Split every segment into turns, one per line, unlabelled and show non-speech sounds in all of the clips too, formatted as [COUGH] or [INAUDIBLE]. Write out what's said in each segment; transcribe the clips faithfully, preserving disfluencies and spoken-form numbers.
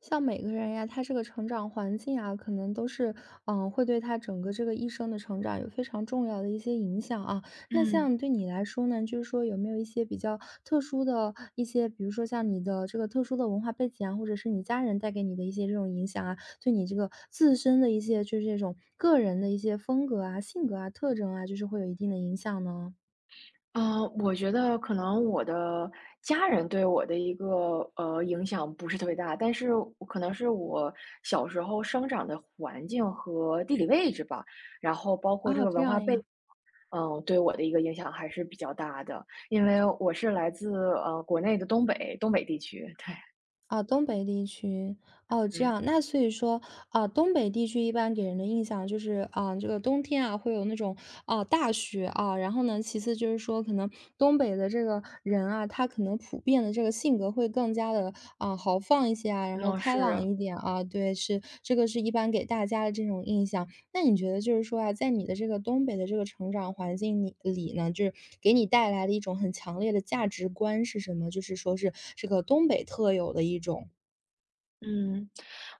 像每个人呀，他这个成长环境啊，可能都是，嗯，呃会对他整个这个一生的成长有非常重要的一些影响啊。那
嗯，
像对你来说呢，就是说有没有一些比较特殊的一些，比如说像你的这个特殊的文化背景啊，或者是你家人带给你的一些这种影响啊，对你这个自身的一些就是这种个人的一些风格啊、性格啊、特征啊，就是会有一定的影响呢？
呃，我觉得可能我的家人对我的一个呃影响不是特别大，但是我可能是我小时候生长的环境和地理位置吧，然后包括这
哦，
个
这
文化
样
背景，
呀。
嗯，对我的一个影响还是比较大的，因为我是来自呃国内的东北东北地区，对。
啊，东北地区，哦，这
嗯，
样，那所以说，啊，东北地区一般给人的印象就是，啊，这个冬天啊，会有那种，啊，大雪啊，然后呢，其次就是说，可能东北的这个人啊，他可能普遍的这个性格会更加的，啊，豪放一些啊，然后
那
开朗
是。
一点啊，对，是这个是一般给大家的这种印象。那你觉得就是说啊，在你的这个东北的这个成长环境里里呢，就是给你带来的一种很强烈的价值观是什么？就是说是这个东北特有的一种
嗯，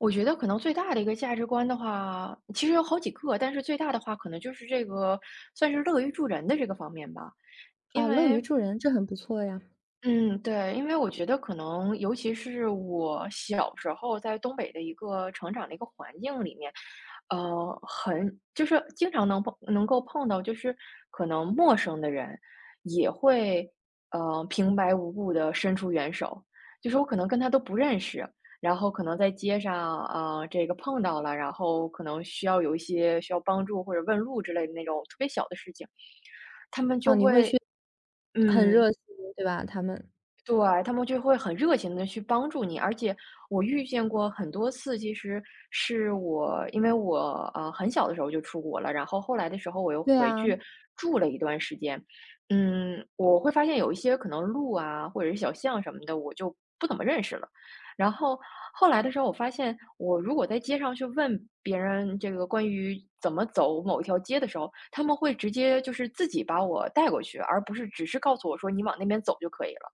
我觉得可能最大的一个价值观的话，其实有好几个，但是最大的话，可能就是这个算是乐于助人的这个方面吧。因
啊，乐于
为
助人，这很不错呀。
嗯，对，因为我觉得可能，尤其是我小时候在东北的一个成长的一个环境里面，呃，很就是经常能碰能够碰到，就是可能陌生的人也会呃平白无故的伸出援手，就是我可能跟他都不认识，然后可能在街上啊这个碰到了，然后可能需要有一些需要帮助或者问路之类的那种特别小的事情，他们
啊，
就
你会去
会。
很
嗯，
热心，对吧？他们
对，他们就会很热情的去帮助你，而且我遇见过很多次，其实是我因为我，呃，很小的时候就出国了，然后后来的时候我又
对
回
啊。
去住了一段时间。嗯，我会发现有一些可能路啊，或者是小巷什么的，我就不怎么认识了。然后后来的时候，我发现我如果在街上去问别人这个关于怎么走某一条街的时候，他们会直接就是自己把我带过去，而不是只是告诉我说你往那边走就可以了。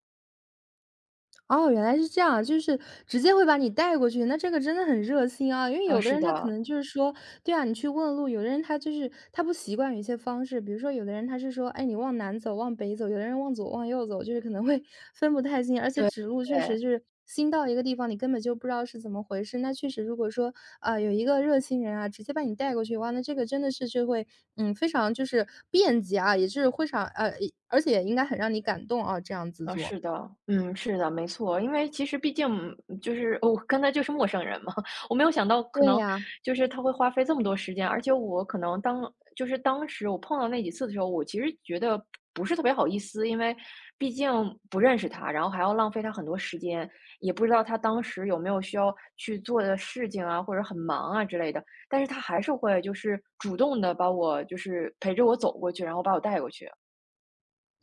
哦，原来是这样，就是直接会把你带过去，那这个真的很热心啊。因为
呃，
有的
是
人他可
的。
能就是说，对啊，你去问路，有的人他就是他不习惯有一些方式，比如说有的人他是说，哎，你往南走，往北走，有的人往左往右走，就是可能会 [LAUGHS] 分不太清，而且
对
指路确
对，
实就是新到一个地方，你根本就不知道是怎么回事。那确实，如果说啊、有一个热心人啊，直接把你带过去，哇，那这个真的是就会嗯非常就是便捷啊，也就是会常呃，而且也应该很让你感动啊，这样子
呃，
做。
是的，嗯，是的，没错。因为其实毕竟嗯就是我跟他就是陌生人嘛，[LAUGHS] 我没有想到可
对
能
呀、
就是他会花费这么多时间，而且我可能当就是当时我碰到那几次的时候，我其实觉得不是特别好意思，因为毕竟不认识他，然后还要浪费他很多时间，也不知道他当时有没有需要去做的事情啊，或者很忙啊之类的。但是他还是会就是主动的把我就是陪着我走过去，然后把我带过去，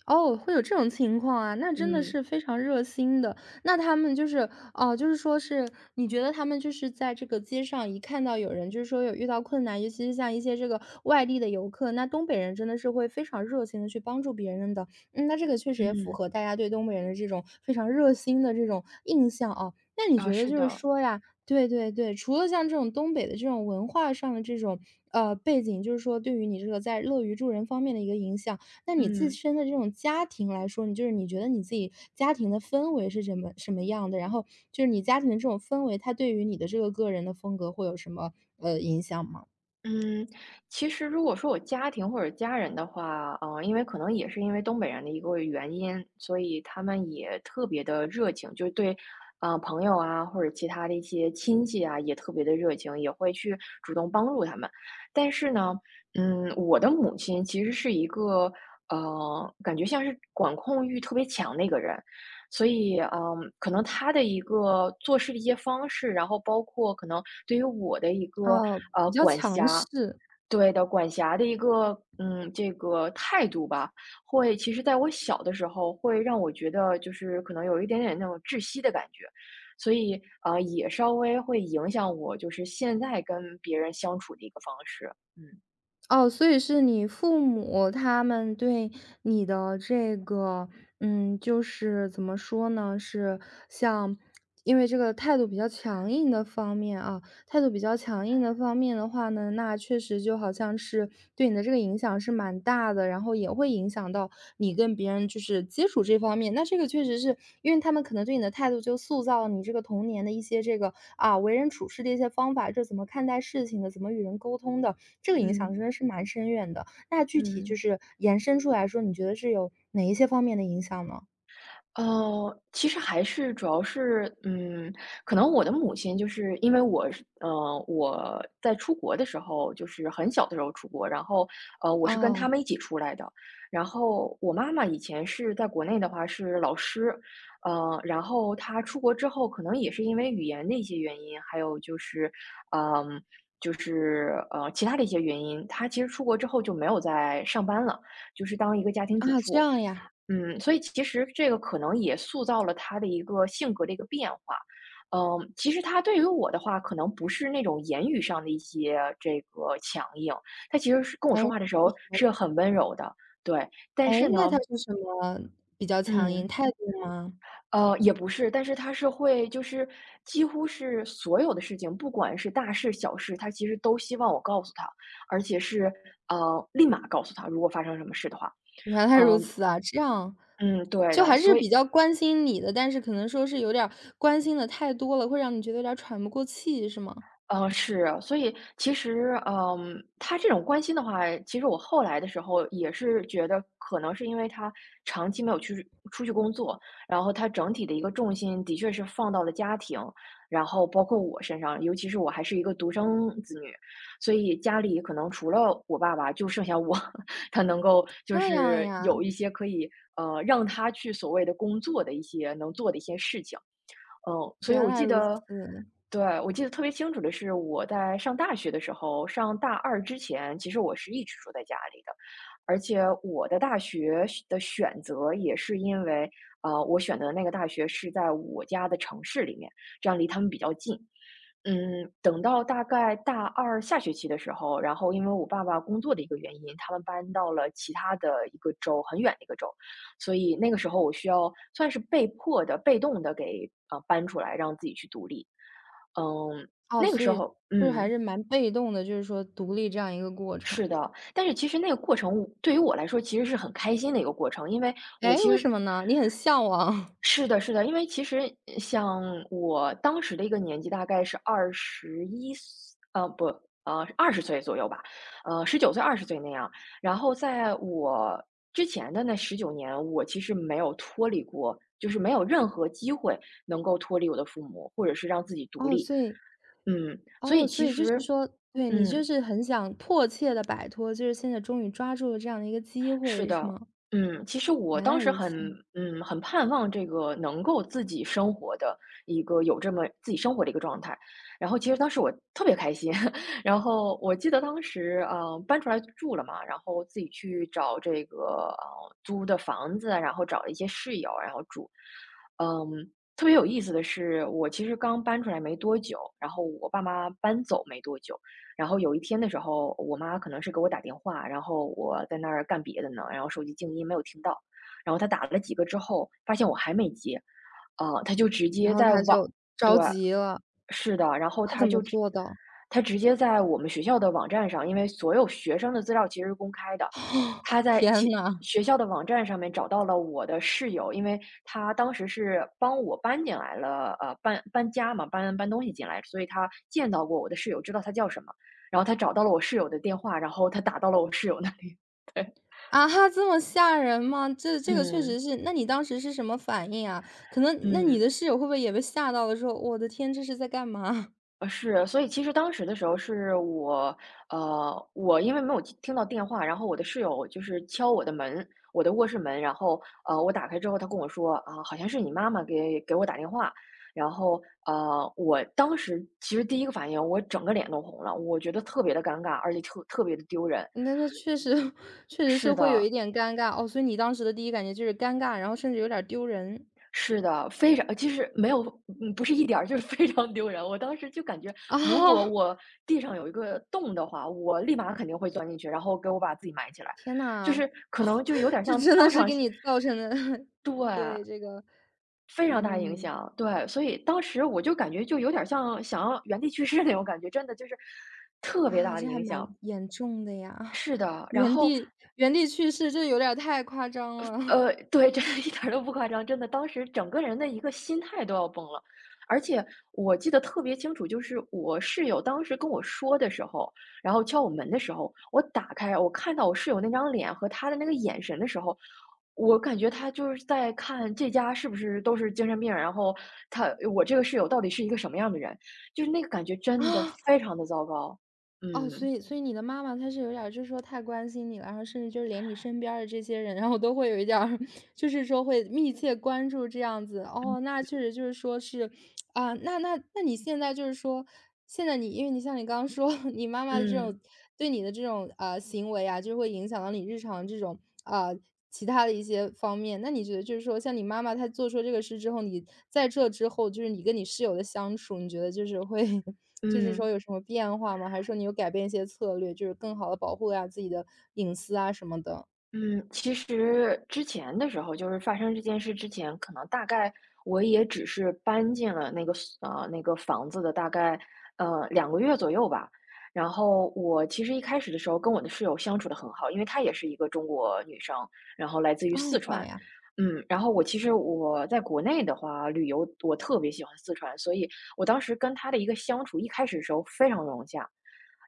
哦，会有这种情况啊，那真的
嗯。
是非常热心的。那他们就是，哦，就是说是你觉得他们就是在这个街上一看到有人，就是说有遇到困难，尤其是像一些这个外地的游客，那东北人真的是会非常热情的去帮助别人的。嗯，那这个确实也符
嗯，
合大家对东北人的这种非常热心的这种印象啊。那你
啊，
觉得
是
就是
的，
说呀对对对，除了像这种东北的这种文化上的这种，呃，背景，就是说对于你这个在乐于助人方面的一个影响，那你自
嗯
身的这种家庭来说，你就是你觉得你自己家庭的氛围是什么什么样的？然后就是你家庭的这种氛围，它对于你的这个个人的风格会有什么呃影响吗？
嗯。其实如果说我家庭或者家人的话，呃，因为可能也是因为东北人的一个原因，所以他们也特别的热情，就是对，啊朋友啊或者其他的一些亲戚啊也特别的热情，也会去主动帮助他们。但是呢，嗯，我的母亲其实是一个，呃，感觉像是管控欲特别强的一个人。所以，嗯，可能他的一个做事的一些方式，然后包括可能对于我的一个
哦，
呃
比较
管
强
辖，
势。
对的管辖的一个嗯这个态度吧，会其实在我小的时候会让我觉得就是可能有一点点那种窒息的感觉，所以呃也稍微会影响我就是现在跟别人相处的一个方式，嗯
哦，所以是你父母他们对你的这个，嗯，就是怎么说呢？是像因为这个态度比较强硬的方面啊，态度比较强硬的方面的话呢，那确实就好像是对你的这个影响是蛮大的，然后也会影响到你跟别人就是接触这方面。那这个确实是因为他们可能对你的态度就塑造了你这个童年的一些这个啊为人处事的一些方法，这怎么看待事情的，怎么与人沟通的，这个影响
嗯
真的是蛮深远的。那具体就
嗯。
是延伸出来说，你觉得是有哪一些方面的影响呢？
呃，其实还是主要是，嗯，可能我的母亲就是因为我是，呃，我在出国的时候，就是很小的时候出国，然后，呃，我是跟他
哦，
们一起出来的。然后我妈妈以前是在国内的话是老师，呃，然后她出国之后，可能也是因为语言的一些原因，还有就是，嗯、就是呃其他的一些原因，她其实出国之后就没有再上班了，就是当一个家庭主
啊，这
妇。
样呀，
嗯，所以其实这个可能也塑造了他的一个性格的一个变化。嗯，其实他对于我的话，可能不是那种言语上的一些这个强硬，他其实是跟我说
哎，
话的时候是很温柔的，对。但
哎，
是呢，
那他是什么比较强硬？
嗯，
态度吗？
呃，也不是，但是他是会，就是几乎是所有的事情，不管是大事小事，他其实都希望我告诉他，而且是呃立马告诉他，如果发生什么事的话，
原来如
嗯
此啊，这样，
嗯，对
就
的，
还是
所
比
以。
较关心你的，但是可能说是有点儿关心的太多了，会让你觉得有点儿喘不过气，是吗？
呃，是，所以其实，嗯，他这种关心的话，其实我后来的时候也是觉得，可能是因为他长期没有去出去工作，然后他整体的一个重心的确是放到了家庭，然后包括我身上，尤其是我还是一个独生子女，所以家里可能除了我爸爸，就剩下我，[LAUGHS] 他能够就
这样
是
呀，
有一些可以呃让他去所谓的工作的一些能做的一些事情。嗯，所以
原
我
来
记
如此。
得对，我记得特别清楚的是，我在上大学的时候，上大二之前，其实我是一直住在家里的，而且我的大学是的选择也是因为，呃，我选的那个大学是在我家的城市里面，这样离他们比较近。嗯，等到大概大二下学期的时候，然后因为我爸爸工作的一个原因，他们搬到了其他的一个州，很远的一个州，所以那个时候我需要算是被迫的、被动的给呃搬出来，让自己去独立。嗯，
哦，
那个
所
时
以
候，
就是还
嗯，
是蛮被动的，就是说独立这样一个过程。
是的，但是其实那个过程对于我来说其实是很开心的一个过程，因为我
哎，
其
为
实
什么呢？你很向往。[LAUGHS]
是的，是的，因为其实呃像我当时的一个年纪，大概是二十一岁，呃，不，呃二十岁左右吧，呃十九岁、二十岁那样。然后在我之前的那十九年，我其实没有脱离过，就是没有任何机会能够脱离我的父母，或者是让自己独
哦，
立。
所以
嗯，所
哦，
以
所
其
以就是
实，
说对，你
嗯，
就是很想迫切的摆脱，就是现在终于抓住了这样的一个机
是
会，是
的，
吗？
嗯，其实我
原来
当时
如
很，
此。
嗯，很盼望这个能够自己生活的一个有这么自己生活的一个状态。然后其实当时我特别开心，[LAUGHS] 然后我记得当时，呃，搬出来住了嘛，然后自己去找这个呃租的房子，然后找了一些室友，然后住。嗯，特别有意思的是，我其实刚搬出来没多久，然后我爸妈搬走没多久。然后有一天的时候，我妈可能是给我打电话，然后我在那儿干别的呢，然后手机静音没有听到，然后她打了几个之后，发现我还没接，啊、她就直
然
接
后
在
他
网，
就
对，
着急了，
是的，然后
他
他
怎么
就直
做到？
他直接在我们学校的网站上，因为所有学生的资料其实是公开的，
[GASPS]
他在
天
其
呐，
学校的网站上面找到了我的室友，因为他当时是帮我搬进来了，呃，搬搬家嘛，搬搬东西进来，所以他见到过我的室友，知道他叫什么，然后他找到了我室友的电话，然后他打到了我室友那里，[LAUGHS] 对，
啊哈，这么吓人吗？这这个确
嗯
实是，那你当时是什么反应啊？可能那你
嗯。
的室友会不会也被吓到了，说我的天，这是在干嘛？
呃，是，所以其实当时的时候是我，呃，我因为没有听听到电话，然后我的室友就是敲我的门，我的卧室门，然后呃，我打开之后，他跟我说啊，好像是你妈妈给给我打电话，然后呃，我当时其实第一个反应，我整个脸都红了，我觉得特别的尴尬，而且特特别的丢人。
[LAUGHS] 那那确实 [LAUGHS]，确实是
是
会有
的，
一点尴尬哦。所以你当时的第一感觉就是尴尬，然后甚至有点儿丢人
是的，非常其实没有嗯，不是一点儿，就是非常丢人。我当时就感觉，
啊！
如
[LAUGHS]
果我地上有一个洞的话，我立马肯定会钻进去，然后给我把自己埋起来，
天
就
呐，
是可能就有
[LAUGHS]
点
这
像
真
当
的是
场
给你造成的
对，
[LAUGHS]，对这个，
非常大影
嗯。
响，对。所以当时我就感觉就有点像想要原地去世那种感觉，真的就是特别
啊，
大的
这还
影
蛮
响。
严重的呀，
是的，
[LAUGHS]
然
原
后
地原地去世，这有点儿太夸张了
呃，对，真的一点儿都不夸张，真的，当时整个人的一个心态都要崩了。而且我记得特别清楚，就是我室友当时跟我说的时候，然后敲我门的时候，我打开，我看到我室友那张脸和他的那个眼神的时候，我感觉他就是在看这家是不是都是精神病，然后他，我这个室友到底是一个什么样的人，就是那个感觉
[LAUGHS]。
真的
啊，
非常的糟糕。
哦，所
嗯，
以所以你的妈妈她是有点儿就是说太关心你了，然后甚至就是连你身边儿的这些人，然后都会有一点儿 [LAUGHS] 就是说会密切关注这样子。哦，那确实就是说是啊，那那那你现在就是说，现在你因为你像你刚刚说，[LAUGHS] 你妈妈的这
嗯，
种对你的这种呃行为啊，就会影响到你日常这种啊其他的一些方面。那你觉得就是说，像你妈妈她做出这个事之后，你在这之后，就是你跟你室友的相处，你觉得就是会 [LAUGHS] 就是
嗯。
说有什么变化吗？还是说你有改变一些策略，就是更好的保护呀、自己的隐私啊什么的？
嗯，其实之前的时候，就是发生这件事之前，可能大概我也只是搬进了那个宿呃，那个房子的大概，呃两个月左右吧。然后我其实一开始的时候跟我的室友相处的很好，因为她也是一个中国女生，然后来自于
哦，
四
这样
川。
呀，
嗯，然后我其实我在国内的话，旅游我特别喜欢四川，所以我当时跟她的一个相处，一开始的时候非常融洽。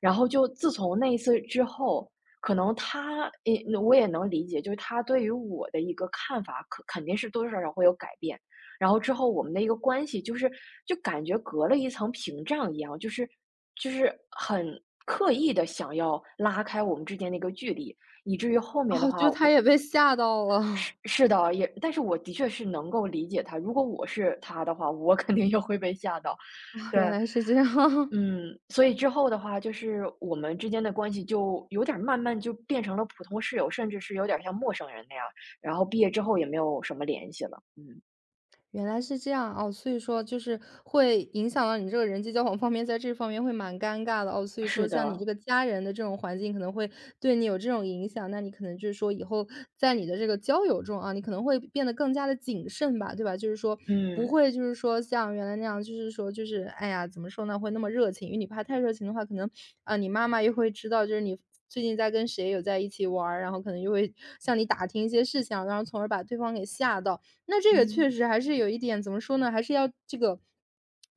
然后就自从那一次之后，可能他也我也能理解，就是他对于我的一个看法，可肯定是多多少少会有改变。然后之后我们的一个关系，就是就感觉隔了一层屏障一样，就是就是很刻意的想要拉开我们之间的一个距离，以至于后面的
哦，
话，
就她
我
也被吓到了，
是
[LAUGHS]
是的，也，但是我的确是能够理解他。如果我是他的话，我肯定也会被吓到。
啊，
对，
原来是这样。[LAUGHS]
嗯，所以之后的话，就是我们之间的关系就有点儿慢慢就变成了普通室友，甚至是有点儿像陌生人那样。然后毕业之后也没有什么联系了。嗯，
原来是这样，哦，所以说就是会影响到你这个人际交往方面，在这方面会蛮尴尬的，哦，所以
是
说像你这
的，
个家人的这种环境可能会对你有这种影响，那你可能就是说以后在你的这个交友中啊，你可能会变得更加的谨慎吧，对吧？就是说不
嗯
会就是说像原来那样，就是说就是哎呀，怎么说呢，会那么热情，因为你怕太热情的话，可能，啊，你妈妈又会知道，就是你最近在跟谁有在一起玩儿，然后可能又会向你打听一些事情啊，然后从而把对方给吓到。那这个确
嗯
实还是有一点怎么说呢，还是要这个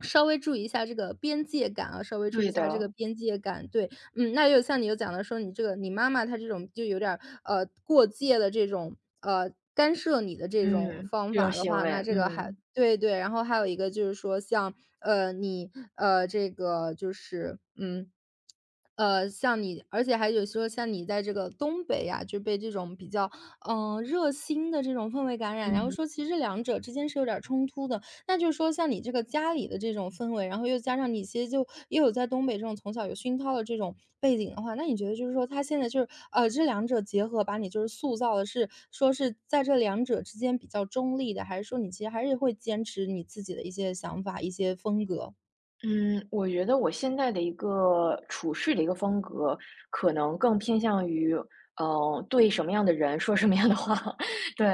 稍微注意一下这个边界感啊，稍微注意
对
一下这
的，
个边界感。对，嗯，那也有像你有讲的说你这个你妈妈她这种就有点儿，呃，过界的这种，呃，干涉你的这种
嗯，
方
这种
法的
行
话，那
为，
这个还
嗯
对对，然后还有一个就是说像，呃，你，呃，这个就是嗯呃，像你而且还有说像你在这个东北呀，就被这种比较，嗯呃热心的这种氛围感染，然后
嗯。
说其实两者之间是有点儿冲突的。那就是说像你这个家里的这种氛围，然后又加上你其实就也有在东北这种从小有熏陶的这种背景的话，那你觉得就是说他现在就是，呃，这两者结合，把你就是塑造的是说是在这两者之间比较中立的，还是说你其实还是会坚持你自己的一些想法、一些风格？
嗯，我觉得我现在的一个处事的一个风格，可能更偏向于，呃，对什么样的人说什么样的话，[LAUGHS] 对，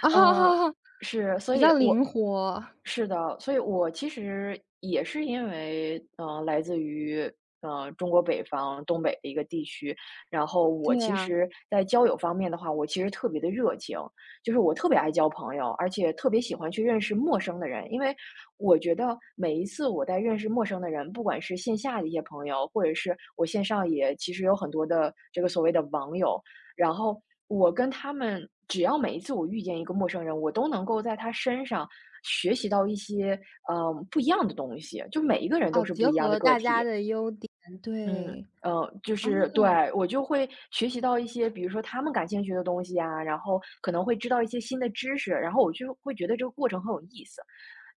啊，
呃，
[LAUGHS]
是，所
比
以
较
我
灵活。
是的，所以我其实也是因为，呃，来自于，呃，中国北方东北的一个地区，然后我
对
其
啊，
实，在交友方面的话，我其实特别的热情，就是我特别爱交朋友，而且特别喜欢去认识陌生的人，因为我觉得每一次我在认识陌生的人，不管是线下的一些朋友，或者是我线上也其实有很多的这个所谓的网友，然后我跟他们，只要每一次我遇见一个陌生人，我都能够在他身上学习到一些嗯呃不一样的东西，就每一个人都
哦，
是不
结
一样的
合
个
大家
体，
的优点，
嗯。
对。
呃，就
哦，
是对我就会学习到一些，比如说他们感兴趣的东西啊，然后可能会知道一些新的知识，然后我就会觉得这个过程很有意思。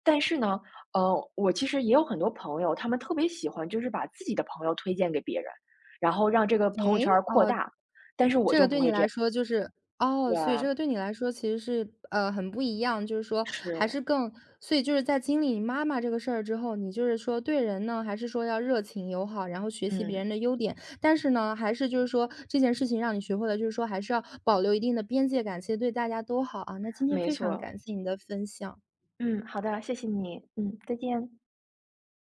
但是呢，呃，我其实也有很多朋友，他们特别喜欢就是把自己的朋友推荐给别人，然后让这个朋友
诶，
圈儿扩
哦，
大，但是我
这个
就不
对你
会
来说就是哦，所以这
对，
个对你来说其实是，呃，很不一样，就是说
是，
还是更所以就是在经历你妈妈这个事儿之后，你就是说对人呢，还是说要热情友好，然后学习别
嗯，
人的优点，但是呢，还是就是说这件事情让你学会了，就是说还是要保留一定的边界感，其实对大家都好啊。那今天
没
非常
错，
感谢你的分享。
嗯，好的，谢谢你，嗯，再见。